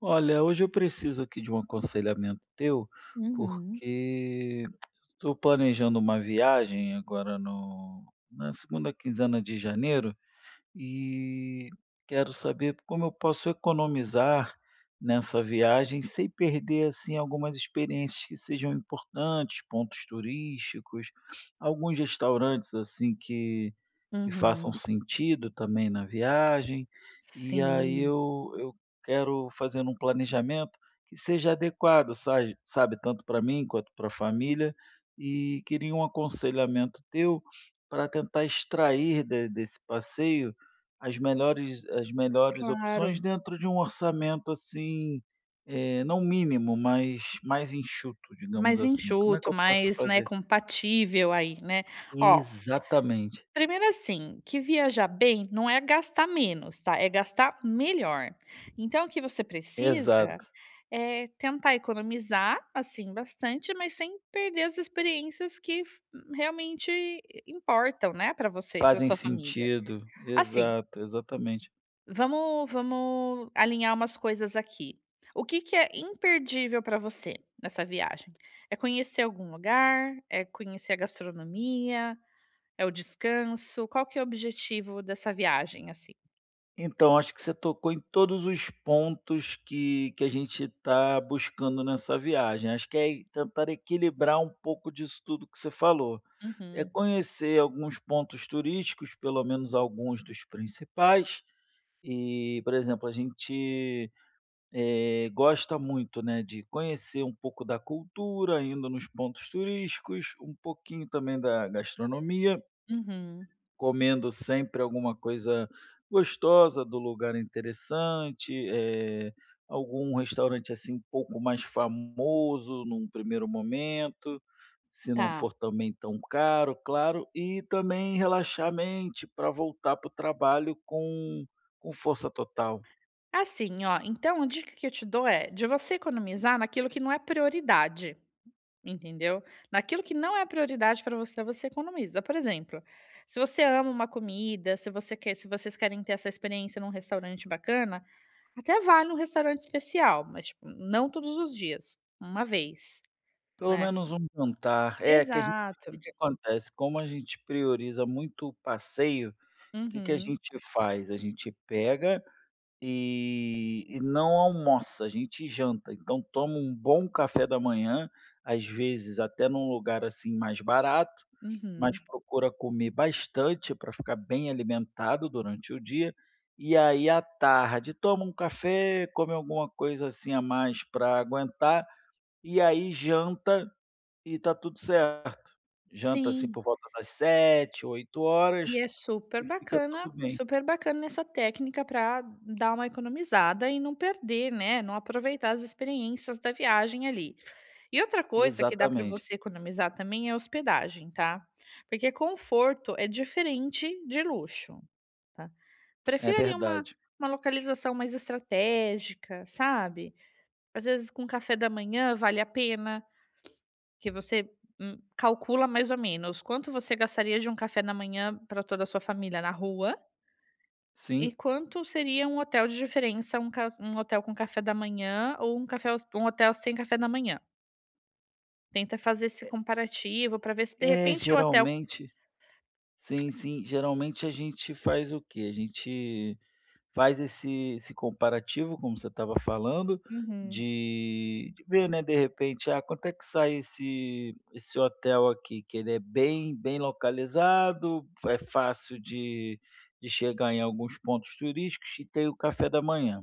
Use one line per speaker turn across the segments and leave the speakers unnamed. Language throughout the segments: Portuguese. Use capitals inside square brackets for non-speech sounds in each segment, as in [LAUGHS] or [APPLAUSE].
Olha, hoje eu preciso aqui de um aconselhamento teu,
Uhum,
porque estou planejando uma viagem agora no na segunda quinzena de janeiro e quero saber como eu posso economizar nessa viagem sem perder assim algumas experiências que sejam importantes, pontos turísticos, alguns restaurantes assim que façam
uhum.
sentido também na viagem. E aí
Sim,
eu quero fazer um planejamento que seja adequado, sabe, tanto para mim quanto para a família, e queria um aconselhamento teu para tentar extrair desse passeio as melhores opções
claro.
dentro de um orçamento, assim, não mínimo, mas mais enxuto, digamos
Mais
assim. Como é
enxuto,
que eu posso
mais, né,
fazer?
compatível aí, né. Ó,
Exatamente,
primeiro assim, que viajar bem não é gastar menos, tá, é gastar melhor. Então o que você precisa
exato.
é tentar economizar, assim, bastante, mas sem perder as experiências que f realmente importam, né, pra você e pra
Fazem
sua família.
sentido.
Assim.
Exato, exatamente.
Vamos alinhar umas coisas aqui. O que que é imperdível para você nessa viagem? É conhecer algum lugar? É conhecer a gastronomia? É o descanso? Qual que é o objetivo dessa viagem, assim?
Então, acho que você tocou em todos os pontos que a gente está buscando nessa viagem. Acho que é tentar equilibrar um pouco disso tudo que você falou. É
Uhum,
conhecer alguns pontos turísticos, pelo menos alguns dos principais. E, por exemplo, a gente, gosta muito, né, de conhecer um pouco da cultura, indo nos pontos turísticos, um pouquinho também da gastronomia,
uhum,
comendo sempre alguma coisa gostosa do lugar interessante, algum restaurante, assim, um pouco mais famoso num primeiro momento, se não
tá.
for também tão caro, claro, e também relaxar a mente para voltar para o trabalho com força total.
Assim, ó, então a dica que eu te dou é de você economizar naquilo que não é prioridade. Entendeu? Naquilo que não é prioridade para você, você economiza. Por exemplo, se você ama uma comida, se vocês querem ter essa experiência num restaurante bacana, até vai num restaurante especial, mas, tipo, não todos os dias, uma vez,
Pelo
né.
menos um jantar. É, que a gente, o que
Exato.
que acontece, como a gente prioriza muito o passeio, o que que a
Uhum,
gente faz? A gente pega e não almoça, a gente janta. Então toma um bom café da manhã, às vezes até num lugar, assim, mais barato, mas
uhum.
procura comer bastante para ficar bem alimentado durante o dia. E aí à tarde toma um café, come alguma coisa, assim, a mais para aguentar, e aí janta e tá tudo certo. Janta, assim,
Sim,
por volta das sete oito
e
horas
é
e fica tudo bem.
super bacana essa técnica para dar uma economizada e não perder, né, não aproveitar as experiências da viagem ali. E outra coisa que dá para
Exatamente,
você economizar também é hospedagem, tá? Porque conforto é diferente de luxo, tá?
é
Prefira ali uma
verdade.
uma localização mais estratégica, sabe? Às vezes com café da manhã vale a pena, que você, calcula mais ou menos quanto você gastaria de um café da manhã para toda a sua família na rua, e
Sim.
quanto seria um hotel de diferença, um ca um hotel com café da manhã ou um café um hotel sem café da manhã. Tenta fazer esse comparativo para ver se de
É,
repente o hotel.
geralmente sim, sim, geralmente a gente faz o quê? A gente faz esse comparativo, como você estava falando,
Uhum.
de ver, né, de repente: "Ah, quanto é que sai esse hotel aqui?", que ele é bem bem localizado, é fácil de chegar em alguns pontos turísticos e tem o café da manhã.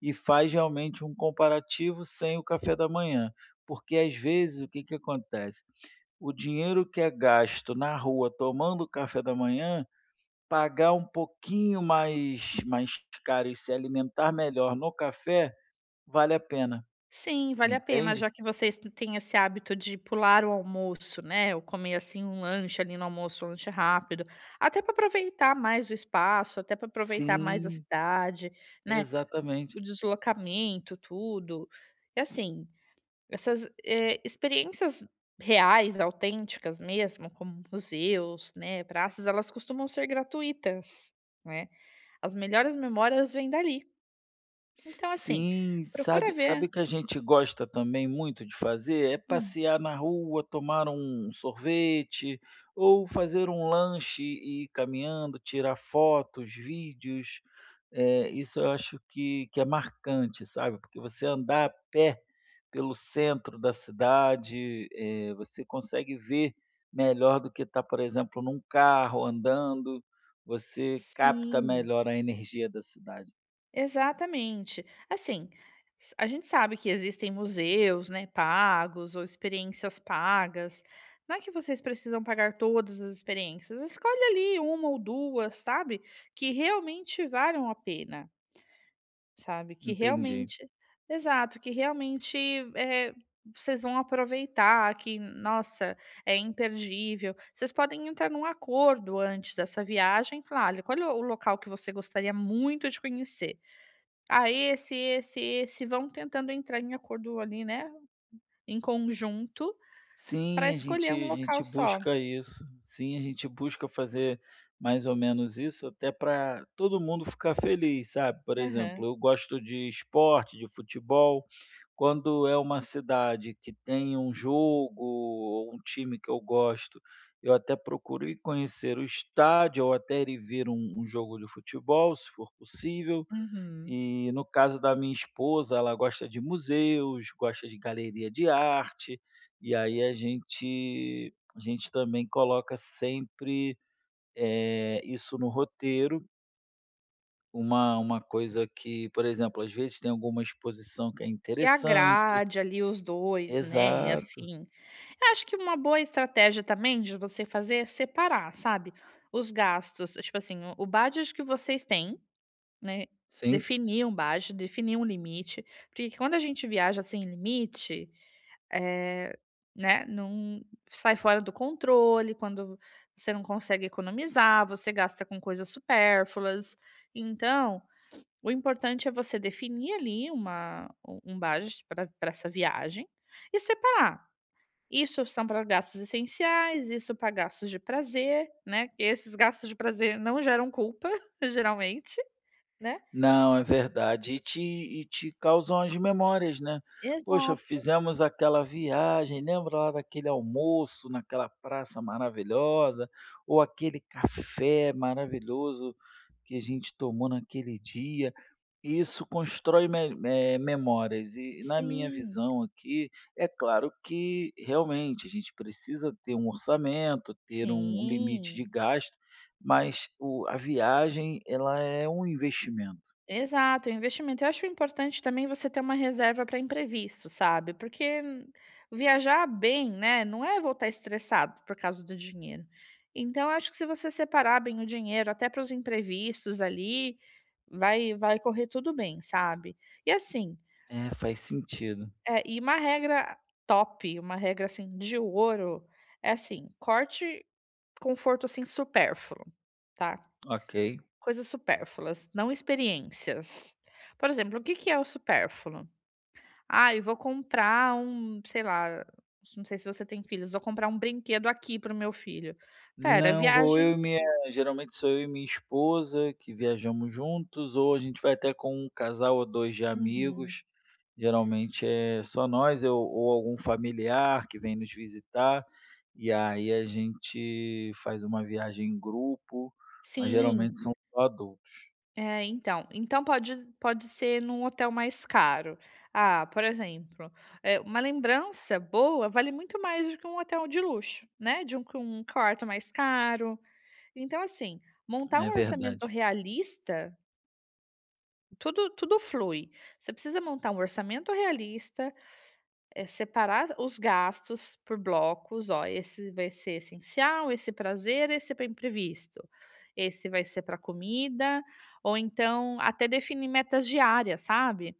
E faz realmente um comparativo sem o café da manhã, porque às vezes o que que acontece? O dinheiro que é gasto na rua tomando café da manhã, pagar um pouquinho mais caro e se alimentar melhor no café, vale a pena,
Sim, vale a pena,
entende?
já que vocês têm esse hábito de pular o almoço, né, ou comer, assim, um lanche ali no almoço, um lanche rápido, até para aproveitar mais o espaço, até para aproveitar mais a
Sim,
cidade, né,
exatamente.
o deslocamento, tudo. E assim, essas, experiências reais, autênticas mesmo, como museus, né, praças, elas costumam ser gratuitas, né. As melhores memórias vêm dali. Então, assim,
Sim,
procura
sabe
ver,
sabe que a gente gosta também muito de fazer? É
hum,
passear na rua, tomar um sorvete ou fazer um lanche e ir caminhando, tirar fotos, vídeos. Isso eu acho que é marcante, sabe, porque você andar a pé pelo centro da cidade, você consegue ver melhor do que está, por exemplo, num carro andando. Você capta
sim,
melhor a energia da cidade.
exatamente. Assim, s a gente sabe que existem museus, né, pagos ou experiências pagas. Não é que vocês precisam pagar todas as experiências, escolhe ali uma ou 2 sabe, que realmente valham a pena. Sabe, que
Entendi.
realmente, exato, que realmente, eh, vocês vão aproveitar, que nossa, é imperdível. Vocês podem entrar num acordo antes dessa viagem, falar: "Olha, qual é o local que você gostaria muito de conhecer? Ah, esse", vão tentando entrar em acordo ali, né, em conjunto, para
Sim, a gente
escolher um
a
local
gente
só.
busca isso. Sim, a gente busca fazer mais ou menos isso, até para todo mundo ficar feliz, sabe. Por exemplo,
Aham.
eu gosto de esporte, de futebol. Quando é uma cidade que tem um jogo ou um time que eu gosto, eu até procuro ir conhecer o estádio ou até ir ver um jogo de futebol, se for possível.
Uhum.
E no caso da minha esposa, ela gosta de museus, gosta de galeria de arte, e aí a gente também coloca sempre, isso no roteiro. Uma coisa que, por exemplo, às vezes tem alguma exposição que é
Que
interessante.
agrade ali os dois, né,
Exato.
assim. Eu acho que uma boa estratégia também de você fazer é separar, sabe, os gastos, tipo assim, o budget que vocês têm, né,
Sim.
definir um budget, definir um limite, porque quando a gente viaja sem limite, é, né, não sai fora do controle, quando você não consegue economizar, você gasta com coisas supérfluas. Então o importante é você definir ali uma um um budget para essa viagem e separar. Isso são para gastos essenciais, isso para gastos de prazer, né, que esses gastos de prazer não geram culpa, [LAUGHS] geralmente, né.
Não, é verdade. E te causam as memórias, né. "Poxa,
Exato.
fizemos aquela viagem, lembra lá daquele almoço naquela praça maravilhosa, ou aquele café maravilhoso que a gente tomou naquele dia". Isso constrói memórias e, na minha
Sim,
visão aqui, é claro que realmente a gente precisa ter um orçamento, ter um limite de
sim.
gasto, mas o a viagem ela é um investimento.
Exato, o investimento. Eu acho importante também você ter uma reserva para imprevisto, sabe, porque viajar bem, né, não é voltar estressado por causa do dinheiro. Então eu acho que se você separar bem o dinheiro até para os imprevistos ali, vai correr tudo bem, sabe. E assim,
É, faz sentido.
é. E uma regra top, uma regra, assim, de ouro, é assim: corte conforto, assim, supérfluo, tá.
Ok.
Coisas supérfluas, não experiências. Por exemplo, o que que é o supérfluo? "Ah, eu vou comprar um", sei lá, não sei se você tem filhos, "Vou comprar um brinquedo aqui para o meu filho". Pera,
Não, vou eu
viagem.
e minha, geralmente sou eu e minha esposa que viajamos juntos, ou a gente vai até com um casal ou 2 de
Uhum.
amigos. Geralmente é só nós, eu ou algum familiar que vem nos visitar, e aí a gente faz uma viagem em grupo, mas
Sim,
geralmente são só adultos.
é, então pode ser num hotel mais caro. Ah, por exemplo, é uma lembrança boa vale muito mais do que um hotel de luxo, né, de um com um quarto mais caro. Então assim, montar
É
um orçamento
verdade.
realista. Tudo flui. Você precisa montar um orçamento realista, separar os gastos por blocos, "Ó, esse vai ser essencial, esse prazer, esse para imprevisto, esse vai ser para comida", ou então até definir metas diárias, sabe.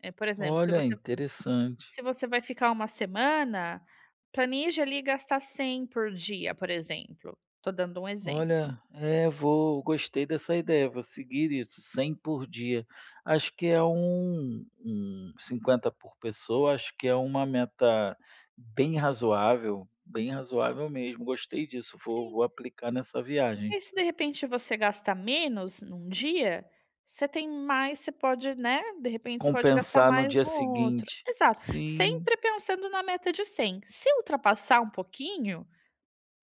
Por exemplo,
Olha, interessante.
se você vai ficar uma semana, planeje ali gastar 100 por dia, por exemplo. Tô dando um exemplo.
Olha, é, vou gostei dessa ideia, vou seguir isso, 100 por dia. Acho que é um 50 por pessoa, acho que é uma meta bem razoável mesmo. Gostei disso, vou
Sim.
vou aplicar nessa
E
viagem.
aí se de repente você gasta menos num dia, você tem mais, você pode, né, de repente você pode gastar
Compensar no
mais
dia
no outro.
seguinte.
Exato,
Sim,
sempre pensando na meta de 100. Se ultrapassar um pouquinho,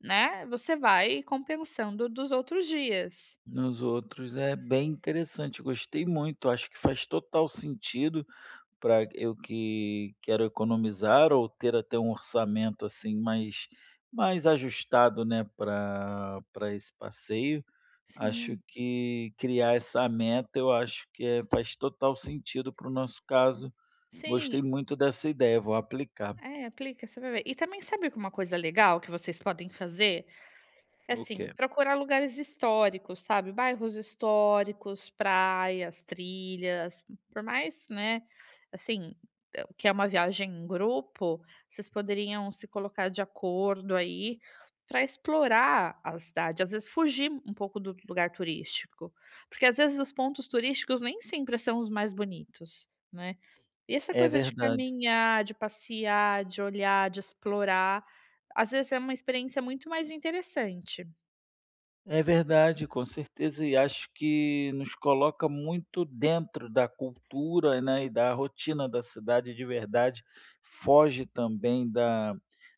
né, você vai compensando dos outros dias.
nos outros. É bem interessante, gostei muito, acho que faz total sentido para eu que quero economizar ou ter até um orçamento, assim, mais ajustado, né, para esse passeio, acho
Sim,
que criar essa meta, eu acho que é faz total sentido para o nosso caso.
sim.
Gostei muito dessa ideia, vou aplicar.
É, aplica, você vai ver. E também sabe uma coisa legal que vocês podem fazer?
O
Assim,
que
procurar lugares históricos, sabe, bairros históricos, praias, trilhas, por mais, né, assim, que é uma viagem em grupo, vocês poderiam se colocar de acordo aí para explorar a cidade, às vezes fugir um pouco do lugar turístico, porque às vezes os pontos turísticos nem sempre são os mais bonitos, né. E essa
é
coisa de
verdade.
caminhar, de passear, de olhar, de explorar, às vezes é uma experiência muito mais interessante.
É verdade, com certeza, e acho que nos coloca muito dentro da cultura, né, e da rotina da cidade de verdade, foge também da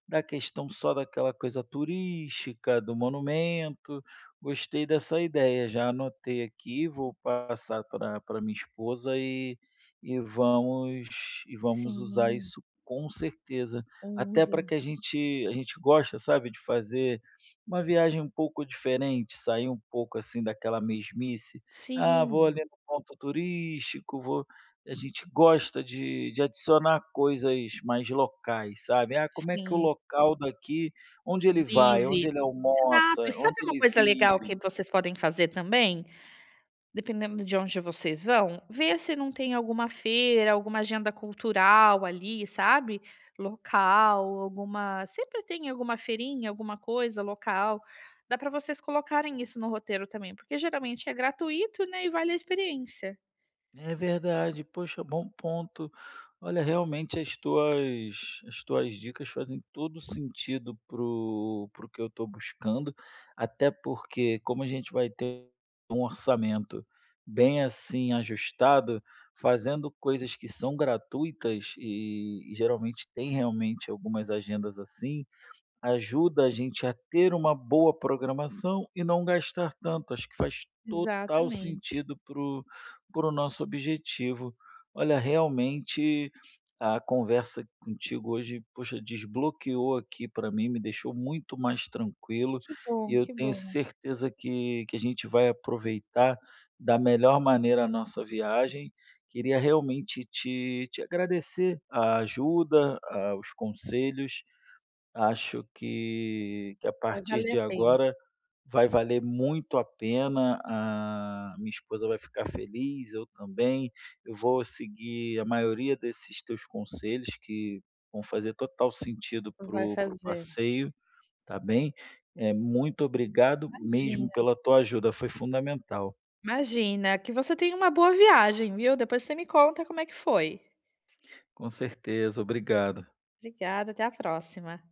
da questão só daquela coisa turística, do monumento. Gostei dessa ideia, já anotei aqui, vou passar para minha esposa e vamos usar
Sim,
isso com certeza. Até
usa.
para que a gente gosta, sabe, de fazer uma viagem um pouco diferente, sair um pouco, assim, daquela mesmice. "Ah, vou
Sim,
ali no ponto turístico, vou", a gente gosta de adicionar coisas mais locais, sabe. "Ah, como é que o
sim,
local daqui, onde ele vai, onde
vive.
ele
Exato.
almoça,
E sabe
onde
uma
ele
coisa legal que
vive?"
vocês podem fazer também? Dependendo de onde vocês vão, ver se não tem alguma feira, alguma agenda cultural ali, sabe, local, alguma sempre tem alguma feirinha, alguma coisa local. Dá para vocês colocarem isso no roteiro também, porque geralmente é gratuito, né, e vale a experiência.
É verdade, poxa, bom ponto. Olha, realmente as tuas dicas fazem todo sentido pro que eu estou buscando, até porque como a gente vai ter um orçamento bem assim ajustado, fazendo coisas que são gratuitas e geralmente tem realmente algumas agendas assim, ajuda a gente a ter uma boa programação e não gastar tanto. Acho que faz total
Exatamente.
sentido para o nosso objetivo. Olha, realmente a conversa contigo hoje, poxa, desbloqueou aqui para mim, me deixou muito mais tranquilo
Que
e
bom,
eu
que
tenho
bom.
certeza que a gente vai aproveitar da melhor maneira a nossa viagem. Queria realmente te agradecer a ajuda, os conselhos. Acho que a
Vai
partir
valer
de
a pena.
agora vai valer muito a pena, a minha esposa vai ficar feliz, eu também. Eu vou seguir a maioria desses teus conselhos que vão fazer total sentido para
Vai
o
fazer.
passeio, tá bem? É muito obrigado mesmo
Imagina,
pela tua ajuda, foi fundamental.
imagina. Que você tenha uma boa viagem, viu. Depois você me conta como é que foi.
Com certeza, obrigado.
Obrigada, até a próxima.